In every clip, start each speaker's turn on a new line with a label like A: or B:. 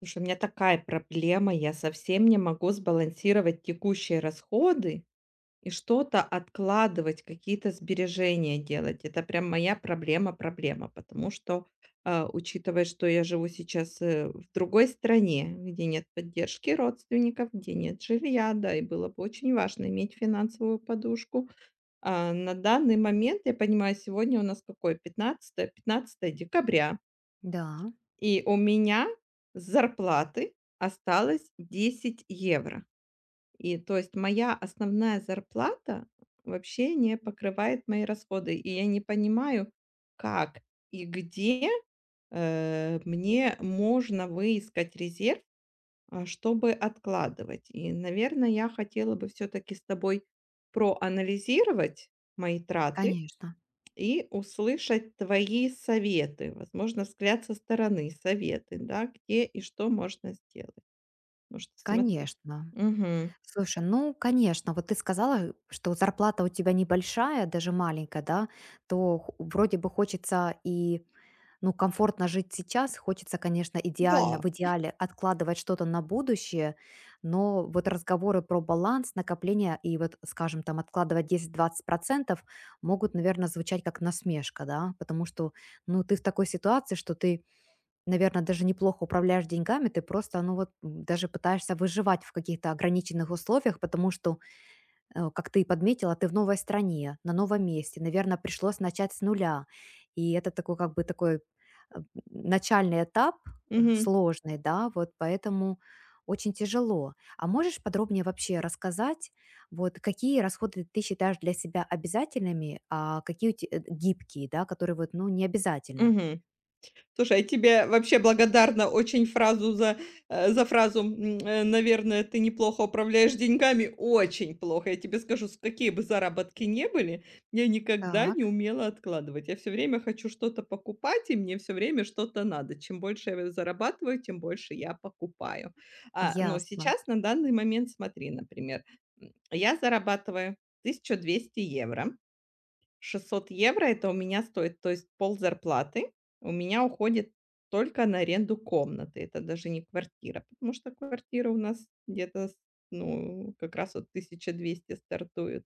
A: Слушай, у меня такая проблема, я совсем не могу сбалансировать текущие расходы и что-то откладывать, какие-то сбережения делать. Это прям моя проблема-проблема, потому что, учитывая, что я живу сейчас, в другой стране, где нет поддержки родственников, где нет жилья, да, и было бы очень важно иметь финансовую подушку. На данный момент, я понимаю, сегодня у нас какое? Пятнадцатое, пятнадцатое декабря.
B: Да,
A: И у меня с зарплаты осталось 10 евро. И то есть моя основная зарплата вообще не покрывает мои расходы. И я не понимаю, как и где, мне можно выискать резерв, чтобы откладывать. И, наверное, я хотела бы все-таки с тобой проанализировать мои траты
B: конечно,
A: и услышать твои советы, возможно, взгляд со стороны, советы, да, где и что можно сделать. Потому что смотри.
B: конечно.
A: Мгм.
B: Слушай, ну, конечно, вот ты сказала, что зарплата у тебя небольшая, даже маленькая, да, то вроде бы хочется и, ну, комфортно жить сейчас, хочется, конечно, идеально,
A: Да.
B: в идеале откладывать что-то на будущее, но вот разговоры про баланс, накопление и вот, скажем, там откладывать 10-20% могут, наверное, звучать как насмешка, да, потому что, ну, ты в такой ситуации, что ты, наверное, даже неплохо управляешь деньгами, ты просто, ну вот, даже пытаешься выживать в каких-то ограниченных условиях, потому что, как ты и подметила, ты в новой стране, на новом месте, наверное, пришлось начать с нуля. И это такой, как бы, такой, э, начальный этап,
A: Мгм.
B: сложный, да, вот поэтому очень тяжело. А можешь подробнее вообще рассказать, вот какие расходы ты считаешь для себя обязательными, а какие гибкие, да, которые вот, ну, не обязательно?
A: Мгм. Слушай, я тебе вообще благодарна очень фразу за, за фразу, наверное, ты неплохо управляешь деньгами. Очень плохо. Я тебе скажу, с какие бы заработки не были, я никогда
B: Так,
A: не умела откладывать. Я все время хочу что-то покупать, и мне все время что-то надо. Чем больше я зарабатываю, тем больше я покупаю. Но
B: ясно.
A: сейчас, на данный момент, смотри, например, я зарабатываю 1200 евро. 600 евро - это у меня стоит, то есть пол зарплаты. У меня уходит только на аренду комнаты. Это даже не квартира, потому что квартира у нас где-то, с ну, как раз вот 1200 стартует.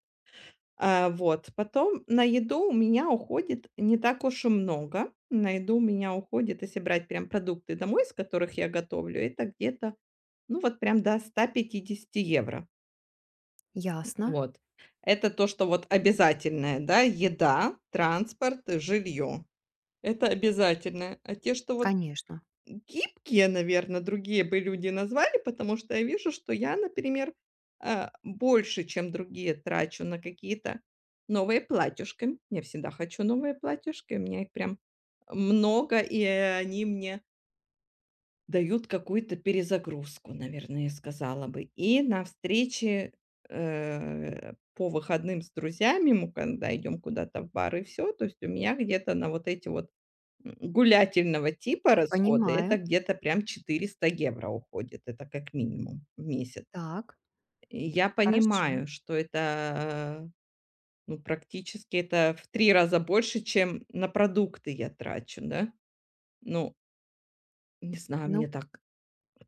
A: А, вот. Потом на еду у меня уходит не так уж и много. На еду у меня уходит, если брать прям продукты домой, из которых я готовлю, это где-то, ну, вот прям до 150 евро.
B: Ясно,
A: Вот. Это то, что вот обязательное, да, еда, транспорт, жилье. Это обязательное. А те, что вот
B: конечно.
A: гибкие, наверное, другие бы люди назвали, потому что я вижу, что я, например, больше, чем другие, трачу на какие-то новые платьюшки. Я всегда хочу новые платьюшки, у меня их прям много, и они мне дают какую-то перезагрузку, наверное, я сказала бы. И на встрече, по выходным с друзьями мы когда идем куда-то в бар и все, то есть у меня где-то на вот эти вот, гулятельного типа расходы,
B: Понимаю.
A: это где-то прям 400 евро уходит. Это как минимум в месяц.
B: Так,
A: И я
B: хорошо.
A: понимаю, что это, ну, практически это в три раза больше, чем на продукты я трачу, да. Ну, не знаю, мне
B: Ну
A: так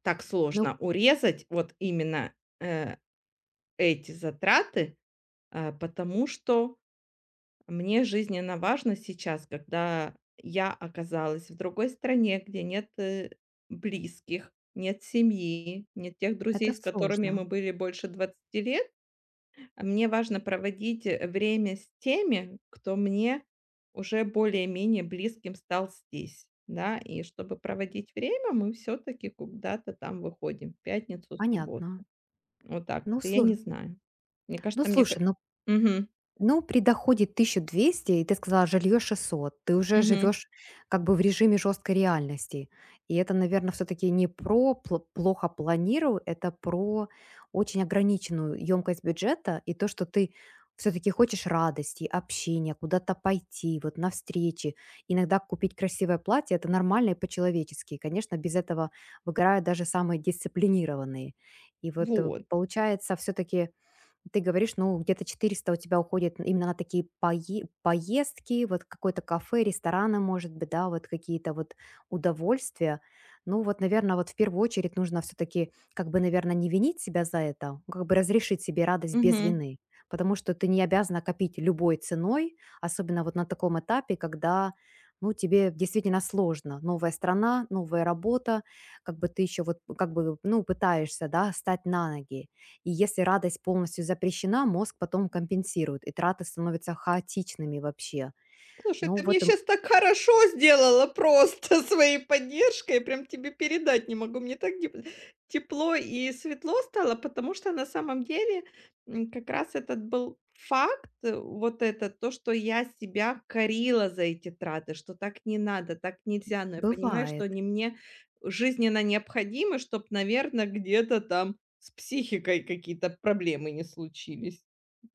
A: так
B: ну,
A: сложно урезать вот именно, э, эти затраты, потому что мне жизненно важно сейчас, когда я оказалась в другой стране, где нет, близких, нет семьи, нет тех
B: это
A: друзей, с которыми
B: сложно.
A: мы были больше 20 лет. Мне важно проводить, время с теми, кто мне уже более-менее близким стал здесь, да. И чтобы проводить время, мы все таки куда-то там выходим в пятницу, субботу.
B: Понятно.
A: Вот так
B: Ну
A: вот. И я
B: слу
A: не знаю. Мне
B: ну
A: кажется, мне ка
B: слушай, ну
A: Мгм.
B: Ну, при доходе 1200, и ты сказала, жилье 600, ты уже
A: Мгм.
B: живешь как бы в режиме жесткой реальности. И это, наверное, все-таки не про плохо планирую, это про очень ограниченную емкость бюджета и то, что ты все-таки хочешь радости, общения, куда-то пойти, вот на встречи. Иногда купить красивое платье– это нормально и по-человечески. Конечно, без этого выгорают даже самые дисциплинированные. И вот,
A: Вот.
B: получается, все-таки ты говоришь, ну, где-то 400 у тебя уходит именно на такие поездки, вот какое-то кафе, рестораны, может быть, да, вот какие-то вот удовольствия. Ну, вот, наверное, вот в первую очередь нужно все-таки, как бы, наверное, не винить себя за это, а как бы разрешить себе радость без
A: Мгм.
B: вины, потому что ты не обязана копить любой ценой, особенно вот на таком этапе, когда, ну, тебе действительно сложно. Новая страна, новая работа, как бы ты еще вот как бы, ну, пытаешься, да, стать на ноги. И если радость полностью запрещена, мозг потом компенсирует, и траты становятся хаотичными вообще.
A: Слушай,
B: Ну
A: ты мне
B: вот,
A: сейчас так хорошо сделала просто своей поддержкой, прям тебе передать не могу. Мне так деп Тепло и светло стало, потому что на самом деле, как раз этот был факт, вот это то, что я себя корила за эти траты, что так не надо, так нельзя, но я понимаю, что
B: бывает.
A: они мне жизненно необходимы, чтобы, наверное, где-то там с психикой какие-то проблемы не случились.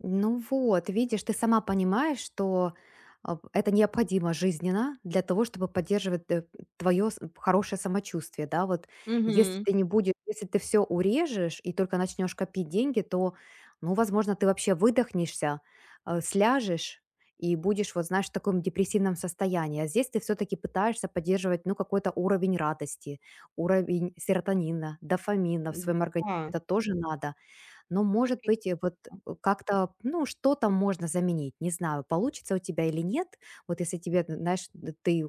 B: Ну вот, видишь, ты сама понимаешь, что, это необходимо жизненно для того, чтобы поддерживать твое хорошее самочувствие, да, вот если
A: Угу,
B: ты не будешь, если ты все урежешь и только начнешь копить деньги, то, ну, возможно, ты вообще выдохнешься, сляжешь и будешь, вот знаешь, в таком депрессивном состоянии. А здесь ты все-таки пытаешься поддерживать, ну, какой-то уровень радости, уровень серотонина, дофамина в своем организме.
A: да,
B: Это тоже надо, но,
A: так.
B: может быть, вот,
A: М.
B: как-то, ну, что-то можно заменить. Не знаю, получится у тебя или нет. Вот если тебе, знаешь, ты,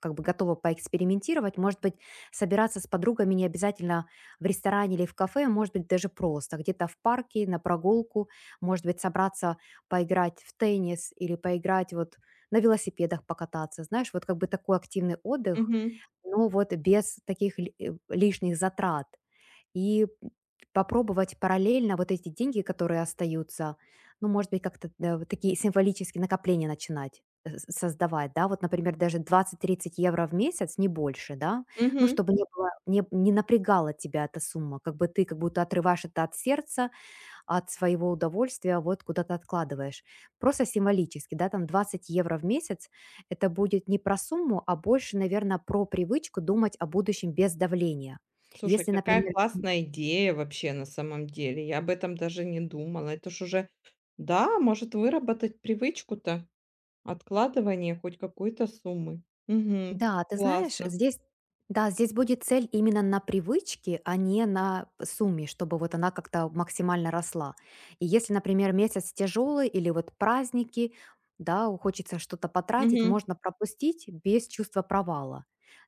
B: как бы готова поэкспериментировать, может быть, собираться с подругами не обязательно в ресторане или в кафе, может быть, даже просто где-то в парке, на прогулку, может быть, собраться поиграть в теннис или поиграть, вот, на велосипедах покататься, знаешь, вот как бы такой активный отдых,
A: Мгм,
B: но вот без таких лишних затрат. И попробовать параллельно вот эти деньги, которые остаются, ну, может быть, как-то, да, вот такие символические накопления начинать, создавать, да, вот, например, даже 20-30 евро в месяц, не больше, да, ну,
A: мгм.
B: чтобы не было, не напрягала тебя эта сумма, как бы ты как будто отрываешь это от сердца, от своего удовольствия, а вот куда-то откладываешь. Просто символически, да, там 20 евро в месяц, это будет не про сумму, а больше, наверное, про привычку думать о будущем без давления.
A: Слушай,
B: Если,
A: какая
B: например.
A: классная идея вообще на самом деле. Я об этом даже не думала. Это ж уже, да, может выработать привычку-то откладывания хоть какой-то суммы. Мгм.
B: Да, ты знаешь,
A: Классно.
B: здесь, да, здесь будет цель именно на привычке, а не на сумме, чтобы вот она как-то максимально росла. И если, например, месяц тяжелый или вот праздники, да, хочется что-то потратить,
A: Мгм.
B: можно пропустить без чувства провала.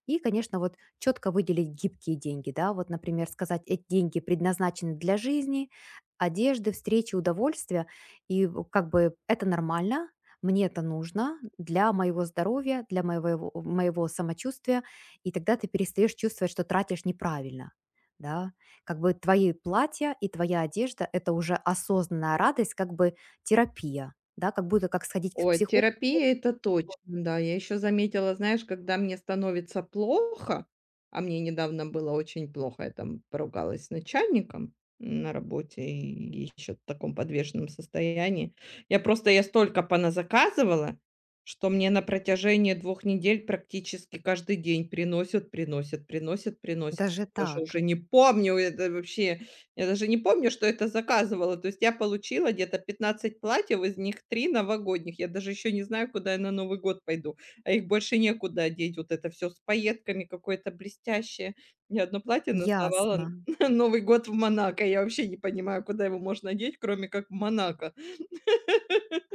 B: И, конечно, вот четко выделить гибкие деньги, да, вот, например, сказать, эти деньги предназначены для жизни, одежды, встречи, удовольствия, и, как бы это нормально, мне это нужно для моего здоровья, для моего самочувствия, и тогда ты перестаешь чувствовать, что тратишь неправильно. Да, как бы твои платья и твоя одежда– это уже осознанная радость, как бы терапия, да, как будто как сходить к
A: Ой,
B: психологу.
A: терапия - это точно, да. Я еще заметила, знаешь, когда мне становится плохо, а мне недавно было очень плохо, я там поругалась с начальником на работе и еще в таком подвешенном состоянии. Я столько поназаказывала, что мне на протяжении 2 недель практически каждый день приносят, приносят, приносят, приносят.
B: Даже
A: Даже уже
B: так.
A: не помню, это вообще я даже не помню, что это заказывала. То есть я получила где-то 15 платьев, из них три новогодних. Я даже еще не знаю, куда я на Новый год пойду, а их больше некуда одеть. Вот это все с пайетками какое-то блестящее. Я одно платье назвала
B: Ясно.
A: "Новый год в Монако". Я вообще не понимаю, куда его можно одеть, кроме как в Монако.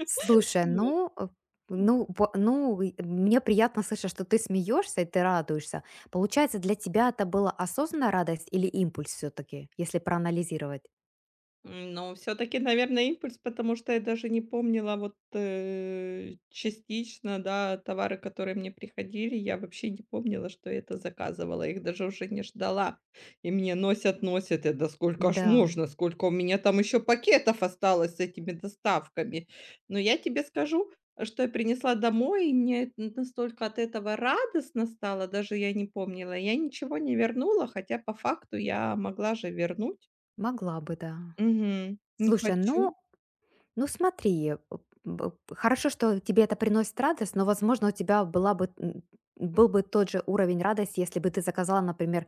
B: Слушай, ну, и мне приятно слышать, что ты смеешься и ты радуешься. Получается, для тебя это была осознанная радость или импульс все-таки, если проанализировать?
A: Но все таки наверное, импульс, потому что я даже не помнила вот, частично, да, товары, которые мне приходили. Я вообще не помнила, что я это заказывала, их даже уже не ждала. И мне носят, носят. Я: "Да сколько ж
B: Да.
A: можно? Сколько у меня там еще пакетов осталось с этими доставками?" Но я тебе скажу, что я принесла домой, и мне н настолько от этого радостно стало, даже я не помнила. Я ничего не вернула, хотя по факту я могла же вернуть.
B: Могла бы, да.
A: Мгм. Не
B: Слушай, ну,
A: хочу.
B: ну смотри, хорошо, что тебе это приносит радость, но, возможно, у тебя была бы, был бы тот же уровень радости, если бы ты заказала, например,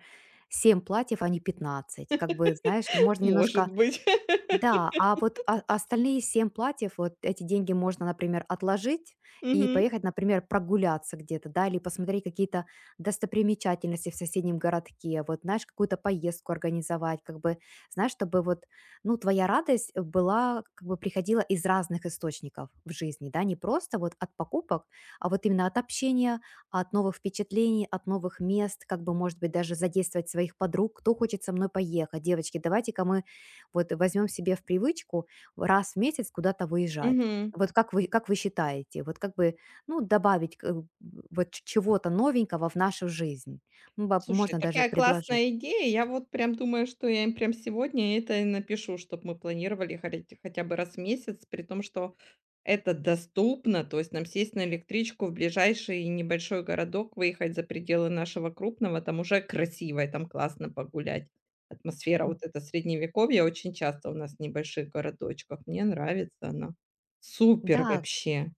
B: 7 платьев, а не 15. Как бы, знаешь, можно немножко,
A: Может быть.
B: да, а вот о остальные 7 платьев, вот эти деньги можно, например, отложить и
A: Мгм,
B: поехать, например, прогуляться где-то, да, или посмотреть какие-то достопримечательности в соседнем городке, вот, знаешь, какую-то поездку организовать, как бы, знаешь, чтобы вот, ну, твоя радость, была, как бы приходила из разных источников в жизни, да, не просто вот от покупок, а вот именно от общения, от новых впечатлений, от новых мест, как бы, может быть, даже задействовать своих подруг, кто хочет со мной поехать, девочки, давайте-ка мы вот возьмем себе в привычку раз в месяц куда-то выезжать.
A: мгм.
B: Вот как вы считаете, вот как бы, ну, добавить, вот, чего-то новенького в нашу жизнь? Ну,
A: Слушай,
B: можно даже
A: такая
B: предложить.
A: классная идея. Я вот прям думаю, что я им прям сегодня это и напишу, чтобы мы планировали хотя бы раз в месяц, при том, что это доступно. То есть нам сесть на электричку в ближайший небольшой городок, выехать за пределы нашего крупного, там уже красиво, и там классно погулять. Атмосфера
B: М,
A: вот эта средневековья очень часто у нас в небольших городочках. Мне нравится она. Супер
B: Да,
A: вообще.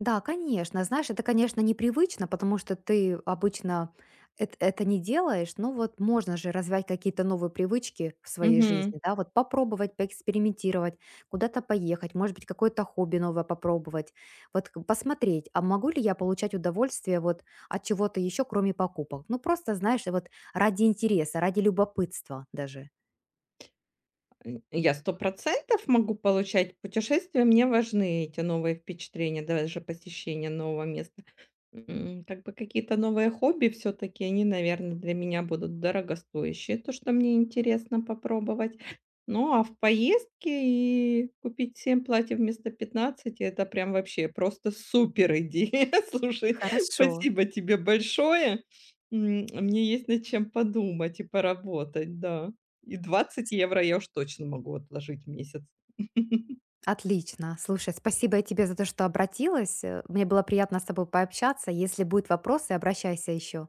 B: да, конечно. Знаешь, это, конечно, непривычно, потому что ты обычно это не делаешь, но вот можно же развивать какие-то новые привычки в своей
A: Мгм.
B: жизни, да, вот попробовать, поэкспериментировать, куда-то поехать, может быть, какое-то хобби новое попробовать, вот, посмотреть, а могу ли я получать удовольствие вот от чего-то еще, кроме покупок. Ну, просто, знаешь, вот ради интереса, ради любопытства даже.
A: М, я 100% могу получать путешествия. Мне важны эти новые впечатления, даже посещение нового места. М, как бы какие-то новые хобби все таки они, наверное, для меня будут дорогостоящие, то, что мне интересно попробовать. Ну, а в поездке и купить 7 платьев вместо 15 - это прям вообще просто супер идея. Слушай,
B: Хорошо.
A: спасибо тебе большое. М, мне есть над чем подумать и поработать, да. И 20 евро я уж точно могу отложить в месяц.
B: Отлично. Слушай, спасибо я тебе за то, что обратилась. Мне было приятно с тобой пообщаться. Если будут вопросы, обращайся еще.